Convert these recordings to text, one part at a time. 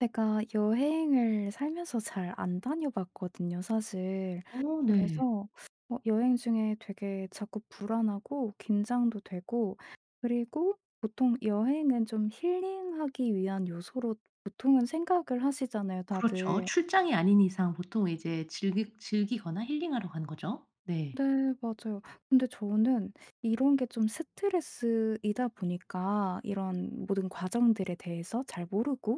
제가 여행을 살면서 잘 안 다녀봤거든요, 사실. 어 네. 그래서 여행 중에 되게 자꾸 불안하고 긴장도 되고 그리고 보통 여행은 좀 힐링하기 위한 요소로 보통은 생각을 하시잖아요, 그렇죠. 다들. 출장이 아닌 이상 보통 이제 즐기거나 힐링하러 간 거죠. 네. 네, 맞아요. 근데 저는 이런 게 좀 스트레스이다 보니까 이런 모든 과정들에 대해서 잘 모르고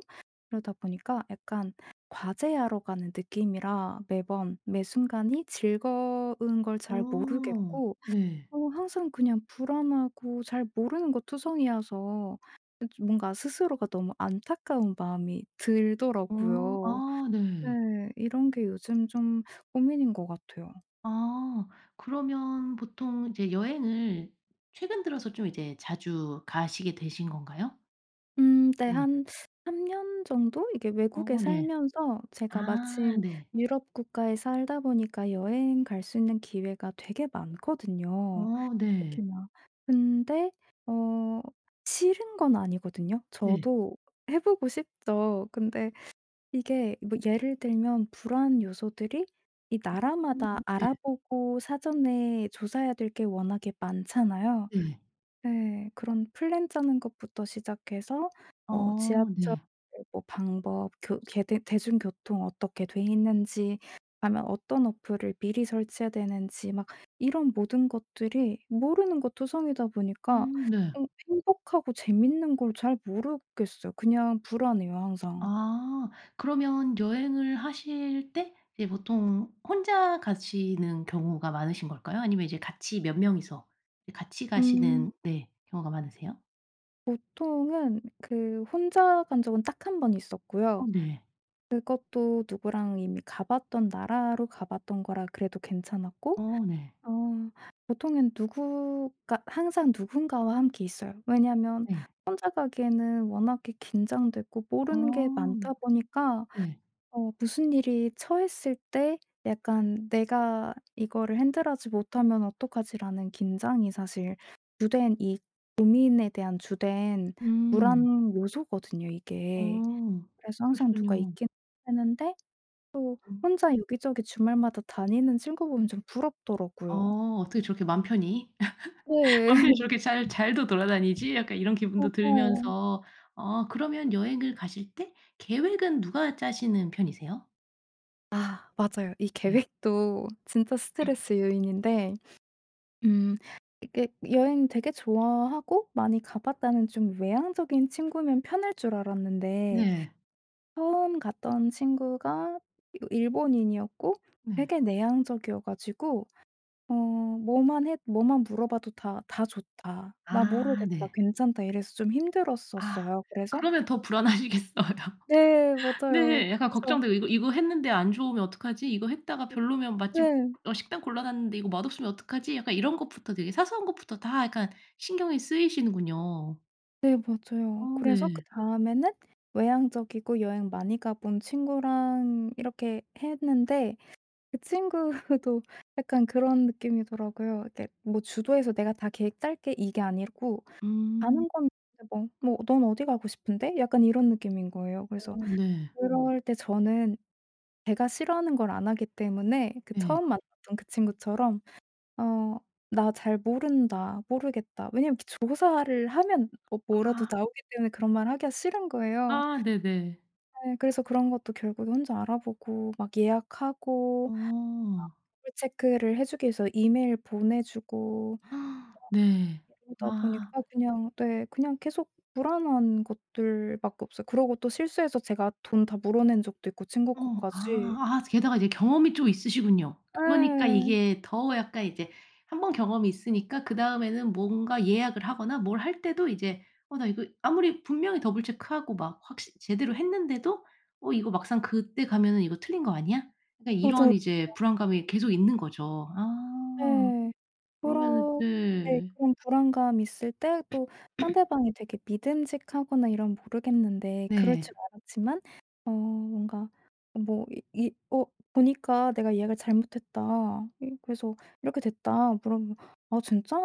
그러다 보니까 약간 과제하러 가는 느낌이라 매번 매 순간이 즐거운 걸 잘 어 모르겠고 네. 항상 그냥 불안하고 잘 모르는 것 투성이어서 뭔가 스스로가 너무 안타까운 마음이 어 들더라고요. 아 네. 네. 이런 게 요즘 좀 고민인 것 같아요. 아 그러면 보통 이제 여행을 최근 들어서 좀 이제 자주 가시게 되신 건가요? 네. 네. 한 3년 정도 이게 외국에 어 네. 살면서 제가 아 마침 네. 유럽 국가에 살다 보니까 여행 갈 수 있는 기회가 되게 많거든요, 어 네. 특히나. 근데 어 싫은 건 아니거든요. 네. 저도 해 보고 싶죠. 근데 이게 뭐 예를 들면 불안 요소들이 이 음 나라마다 네. 알아보고 사전에 조사해야 될 게 워낙에 많잖아요. 네. 네. 그런 플랜 짜는 것부터 시작해서 뭐 어 지하철 네. 뭐 방법 교 개대 대중교통 어떻게 돼 있는지 가면 어떤 어플을 미리 설치해야 되는지 막 이런 모든 것들이 모르는 것 투성이다 보니까 네. 좀 행복하고 재밌는 걸 잘 모르겠어요. 그냥 불안해요, 항상. 아. 그러면 여행을 하실 때 이제 보통 혼자 가시는 경우가 많으신 걸까요? 아니면 이제 같이 몇 명이서 이제 같이 음, 가시는 네 경우가 많으세요? 보통은 그 혼자 간 적은 딱 한 번 어 있었고요. 네. 그것도 누구랑 이미 가 봤던 나라로 가 봤던 거라 그래도 괜찮았고 어 네. 어 보통은 누구가 항상 누군가와 함께 있어요. 왜냐하면 네. 혼자 가기에는 워낙에 긴장되고 어. 모르는 게 많다 보니까 네. 무슨 일이 처했을 때 약간 '내가 이거를 핸들하지 못하면 어떡하지?'라는 긴장이 사실 주된 이 고민에 대한 주된 음. 불안 요소거든요, 이게. 어. 그래서 항상 누가 그러시군요. 있긴 했는데 또 음. 혼자 여기저기 주말마다 다니는 친구 보면 좀 어, 부럽더라고요. 어떻게 저렇게 맘 편히 '맘 네, 편히 저렇게 잘 잘도 돌아다니지?' 약간 이런 기분도 맞아요. 들면서 어 그러면 여행을 가실 때 계획은 누가 짜시는 편이세요? 아, 맞아요. 이 네. 계획도 진짜 스트레스 요인인데 음 이게 여행 되게 좋아하고 많이 가 봤다는 좀 외향적인 친구면 편할 줄 알았는데 네. 처음 갔던 친구가 일본인이었고 네. 되게 내향적이어 가지고 뭐만 물어봐도 다 "다 좋다. 나 아 모르겠다. 네. 괜찮다." 이래서 좀 아 힘들었었어요. 그래서 그러면 더 불안하시겠어요. 네, 맞아요. 네. 약간 그래서 걱정되고 '이거 이거 했는데 안 좋으면 어떡하지? 이거 했다가 음. 별로면 맛집 네. 어 식당 골라놨는데 이거 맛없으면 어떡하지?' 약간 이런 것부터 되게 사소한 것부터 다 약간 신경이 쓰이시는군요. 네, 어 맞아요. 그래서 네. 그다음에는 외향적이고 여행 많이 가본 친구랑 이렇게 했는데 그 친구도 약간 그런 느낌이더라고요. 이렇게 뭐 주도해서 "내가 다 계획 짤게." 이게 아니고 음. 가는 건 뭐 "넌 어디 가고 싶은데?" 약간 이런 느낌인 거예요. 그래서 어 네. 그럴 때 저는 제가 싫어하는 걸 안 하기 때문에 그 네. 처음 만났던 그 친구처럼 어 '나 잘 모른다. 모르겠다.' 왜냐면 조사를 하면 뭐라도 아. 나오기 때문에 그런 말 하기가 싫은 거예요. 아 네네. 네, 그래서 그런 것도 결국에 혼자 알아보고 막 예약하고 어. 체크를 해 주기 위해서 이메일 보내 주고 네. 이러다 아. 보니까 그냥 네 그냥 계속 불안한 것들밖에 없어요. 그러고 또 실수해서 제가 돈 다 물어낸 적도 있고 친구 어. 아. 것까지. 아 게다가 이제 경험이 좀 있으시군요. 그러니까 네, 이게 더 약간 이제 한 번 경험이 있으니까 그다음에는 뭔가 예약을 하거나 뭘 할 때도 이제 '어 나 이거' 아무리 분명히 더블 체크하고 막 확실 제대로 했는데도 '어 이거 막상 그때 가면은 이거 틀린 거 아니야?' 약간 맞아요. 이런 이제 불안감이 계속 있는 거죠. 아. 네 그러면은 그런 네, 네. 그런 불안감 있을 때 또 상대방이 되게 믿음직하거나 이러면 모르겠는데 그럴 네. 줄 알았지만 어 뭔가 뭐 이 "어, 보니까 내가 이약를 잘못했다. 이 그래서 이렇게 됐다." 물어보면 "아 진짜?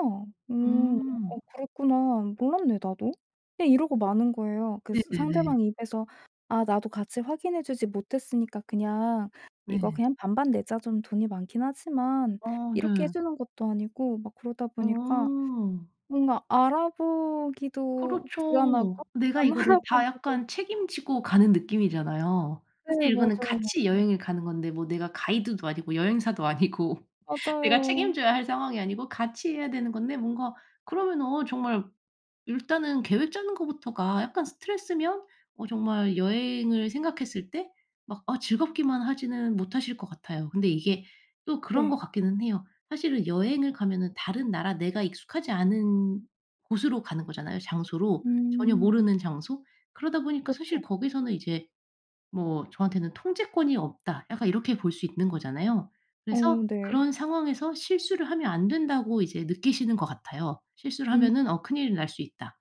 음. 음. 어, 그랬구나. 몰랐네 나도." 그냥 이러고 마는 거예요. 그 스 네네네. 상대방 입에서 "아, 나도 같이 확인해 주지 못했으니까 그냥 이거 네. 그냥 반반 내자. 좀 돈이 많긴 하지만" 어 이렇게 해 네. 주는 것도 아니고 막 그러다 어. 보니까 뭔가 알아보기도 불안하고 그렇죠. 내가 안 이거를 다 알아보기도 약간 책임지고 가는 느낌이잖아요. 네, 사실 이거는 맞아요. 같이 여행을 가는 건데 뭐 내가 가이드도 아니고 여행사도 아니고 내가 맞아요. 책임져야 할 상황이 아니고 같이 해야 되는 건데 뭔가 그러면 어 정말 일단은 계획 짜는 것부터가 약간 스트레스면 어 정말 여행을 생각했을 때 막 아 즐겁기만 하지는 못하실 것 같아요. 근데 이게 또 그런 것 네. 같기는 해요. 사실은 여행을 가면은 다른 나라 내가 익숙하지 않은 곳으로 가는 거잖아요, 장소로. 전혀 음. 모르는 장소. 그러다 보니까 그쵸. 사실 거기서는 이제 뭐 저한테는 '통제권이 없다.' 약간 이렇게 볼 수 있는 거잖아요. 어, 그래서 네. 그런 상황에서 실수를 하면 안 된다고 이제 느끼시는 것 같아요. '실수를 음, 하면은 어 큰일 날 수 있다.'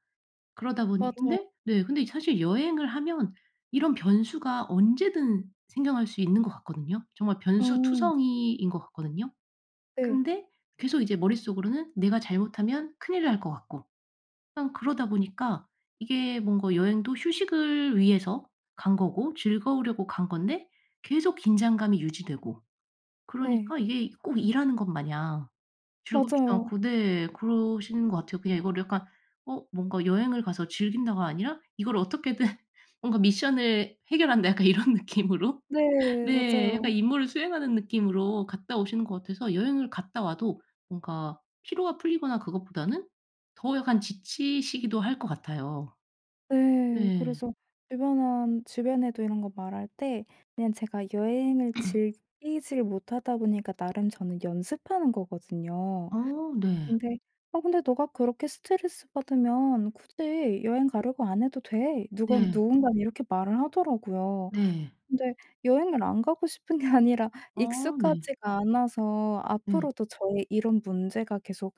그러다 보니 맞아요. 근데 네 근데 사실 여행을 하면 이런 변수가 언제든 생겨날 수 있는 것 같거든요. 정말 어, 변수투성이인 것 같거든요. 네. 근데 계속 이제 머릿속으로는 내가 잘못하면 큰일 날 것 같고 그러다 보니까 이게 뭔가 여행도 휴식을 위해서 간 거고 즐거우려고 간 건데 계속 긴장감이 유지되고 네, 그러니까 이게 꼭 일하는 것 마냥 즐겁지도 맞아요. 않고 네 그러시는 것 같아요. 그냥 이거를 약간 어 뭔가 여행을 가서 즐긴다가 아니라 이걸 어떻게든 뭔가 '미션을 해결한다.' 약간 이런 느낌으로 네, 네 약간 맞아요. 임무를 수행하는 느낌으로 갔다 오시는 것 같아서 여행을 갔다 와도 뭔가 피로가 풀리거나 그것보다는 더 약간 지치시기도 할 것 같아요. 네. 네. 그래서 주변한 주변에도 이런 거 말할 때 그냥 제가 여행을 즐기질 못하다 보니까 나름 저는 연습하는 거거든요. 어 네. 근데 "아, 근데 너가 그렇게 스트레스 받으면 굳이 여행 가려고 안 해도 돼." 누가 네. 누군가 이렇게 말을 하더라고요. 네. 근데 여행을 안 가고 싶은 게 아니라 어 네. 익숙하지가 않아서 네. 앞으로도 저의 이런 문제가 계속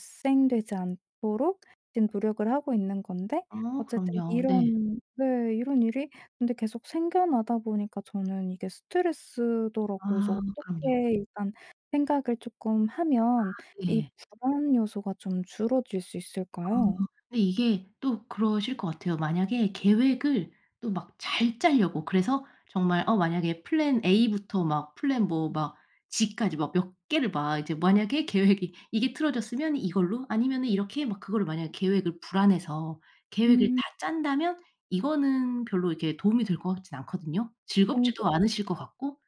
발생되지 않도록 지금 노력을 하고 있는 건데 어 어쨌든 그럼요. 네. 이런 일이 근데 계속 생겨나다 보니까 저는 이게 스트레스더라고요. 그래서 아 그럼요. 어떻게 일단 생각을 쪼끔 하면 이 네. 불안 요소가 좀 줄어들 수 아 있을까요? 근데 이게 또 그러실 것 같아요. 만약에 계획을 또 막 잘 짜려고 그래서 정말 어 만약에 플랜 A부터 막 플랜 뭐 막 G까지 막 몇 개를 막 이제 만약에 계획이 이게 틀어졌으면 이걸로 아니면은 이렇게 막 그거를 만약에 계획을 불안해서 계획을 음. 다 짠다면 이거는 별로 이렇게 도움이 될 것 같진 않거든요. 어, 네. 즐겁지도 않으실 것 같고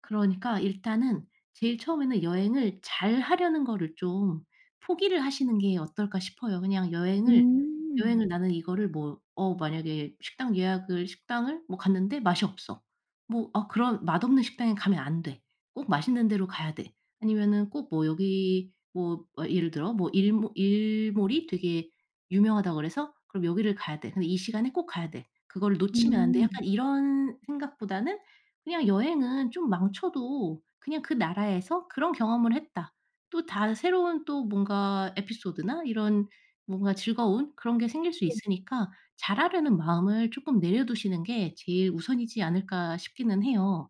그러니까 일단은 제일 처음에는 여행을 잘하려는 거를 좀 포기를 하시는 게 어떨까 싶어요. 그냥 여행을 음. 나는 이거를 뭐 어 만약에 식당을 뭐 갔는데 맛이 없어. 뭐 '아 그런 맛없는 식당에 가면 안 돼. 꼭 맛있는 데로 가야 돼.' 아니면은 꼭 뭐 여기 뭐 어 예를 들어 뭐 일몰이 되게 유명하다고 그래서 '그럼 여기를 가야 돼. 근데 이 시간에 꼭 가야 돼. 그거를 놓치면 안 돼.' 음. 약간 이런 생각보다는 그냥 여행은 좀 망쳐도 그냥 그 나라에서 그런 경험을 했다. 또 다 새로운 또 뭔가 에피소드나 이런 뭔가 즐거운 그런 게 생길 수 있으니까 잘하려는 마음을 조금 내려두시는 게 제일 우선이지 않을까 싶기는 해요.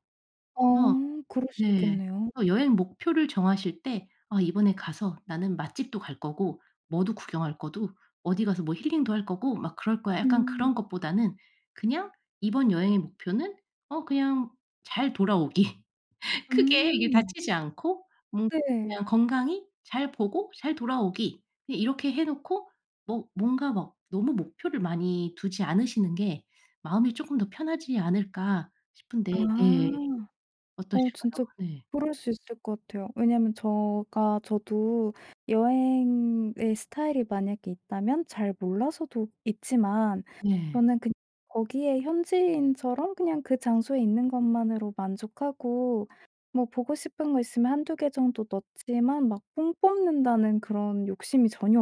어, 그래서 그럴 수 네. 있겠네요. 어 여행 목표를 정하실 때 '아 이번에 가서 나는 맛집도 갈 거고 뭐도 구경할 거고 어디 가서 뭐 힐링도 할 거고 막 그럴 거야.' 약간 음. 그런 것보다는 그냥 이번 여행의 목표는 어 그냥 잘 돌아오기. 크게 이게 음. 다치지 않고 뭔 네. 그냥 건강히 잘 보고 잘 돌아오기. 그냥 이렇게 해 놓고 뭐 뭔가 막 너무 목표를 많이 두지 않으시는 게 마음이 조금 더 편하지 않을까 싶은데 네. 아. 어, 어떠실까요? 진짜 네. 그럴 수 있을 것 같아요. 왜냐면 제가 저도 여행의 스타일이 만약에 있다면 잘 몰라서도 있지만 네. 저는 그냥 거기에 현지인처럼 그냥 그 장소에 있는 것만으로 만족하고 뭐 보고 싶은 거 있으면 한두 개 정도 넣지만 막 뽕 뽑는다는 그런 욕심이 전혀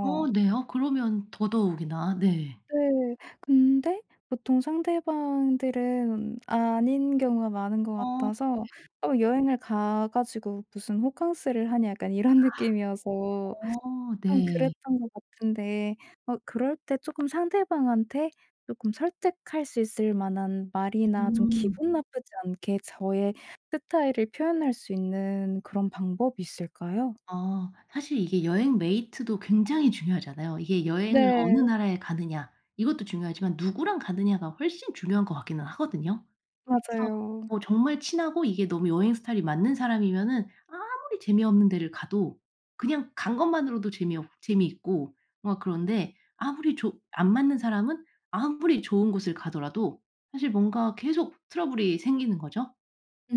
어 네. 어 그러면 더더욱이나 네. 네. 근데 보통 상대방들은 아닌 경우가 많은 것 어 같아서 '어 여행을 가 가지고 무슨 호캉스를 하냐.' 약간 이런 느낌이어서 어 좀 네. 그랬던 것 같은데 그럴 때 쪼끔 상대방한테 쪼끔 설득할 수 있을 만한 말이나 좀 음. 기분 나쁘지 않게 저의 스타일을 표현할 수 있는 그런 방법이 있을까요? 아 사실 이게 여행 메이트도 굉장히 중요하잖아요. 이게 여행을 어느 네. 나라에 가느냐 이것도 중요하지만 누구랑 가느냐가 훨씬 중요한 것 같기는 하거든요. 그래서 맞아요. 뭐 정말 친하고 이게 너무 여행 스타일이 맞는 사람이면은 아무리 재미없는 데를 가도 그냥 간 것만으로도 재미없 재미있고 뭔가 그런데 아무리 조 안 맞는 사람은 아무리 좋은 곳을 가더라도 사실 뭔가 계속 트러블이 생기는 거죠.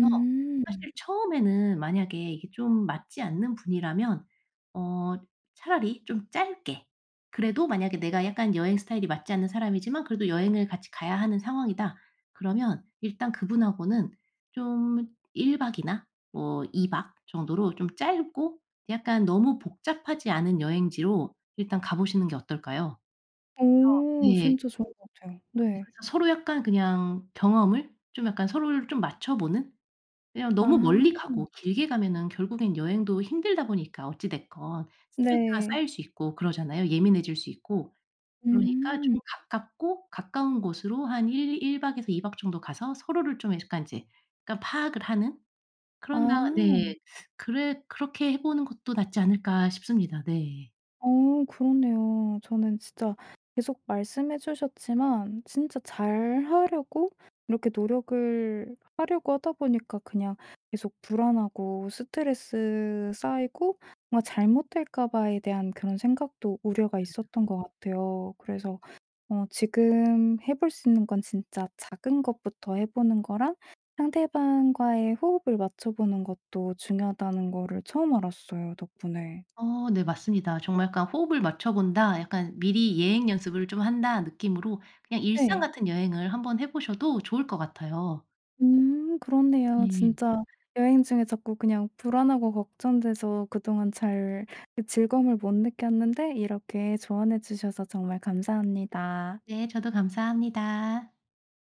그래서 사실 처음에는 만약에 이게 좀 맞지 않는 분이라면 어 차라리 좀 짧게 그래도 만약에 내가 약간 여행 스타일이 맞지 않는 사람이지만 그래도 여행을 같이 가야 하는 상황이다. 그러면 일단 그분하고는 좀 1박 박이나 뭐 2박 박 정도로 좀 짧고 약간 너무 복잡하지 않은 여행지로 일단 가 보시는 게 어떨까요? 오. 네. 진짜 좋은 것 같아요. 네. 그래서 서로 약간 그냥 경험을 좀 약간 서로를 좀 맞춰 보는 왜냐면 너무 아. 멀리 가고 길게 가면은 결국엔 여행도 힘들다 보니까 어찌 됐건 스트레스가 네. 쌓일 수 있고 그러잖아요. 예민해질 수 있고. 음. 그러니까 음. 좀 가깝고 가까운 곳으로 한 일 1박 박에서 2박 정도 가서 서로를 좀 약간 이제 약간 파악을 하는 그런 다 아. 네. 그래 그렇게 해 보는 것도 낫지 않을까 싶습니다. 네. 어, 그렇네요. 저는 진짜 계속 말씀해 주셨지만 진짜 잘하려고 이렇게 노력을 하려고 하다 보니까 그냥 계속 불안하고 스트레스 쌓이고 뭔가 잘못될까 봐에 대한 그런 생각도 우려가 있었던 것 같아요. 그래서 지금 해볼 수 있는 건 진짜 작은 것부터 해 보는 거랑 상대방과의 호흡을 맞춰 보는 것도 중요하다는 거를 처음 알았어요 덕분에. 어 네 맞습니다. 정말 약간 '호흡을 맞춰 본다.' 약간 '미리 예행 연습을 좀 한다.' 느낌으로 그냥 일상 네. 같은 여행을 한번 해 보셔도 좋을 것 같아요. 음, 그렇네요. 네. 진짜 여행 중에 자꾸 그냥 불안하고 걱정돼서 그동안 잘그 즐거움을 못 느꼈는데 이렇게 조언해 주셔서 정말 감사합니다. 네, 저도 감사합니다.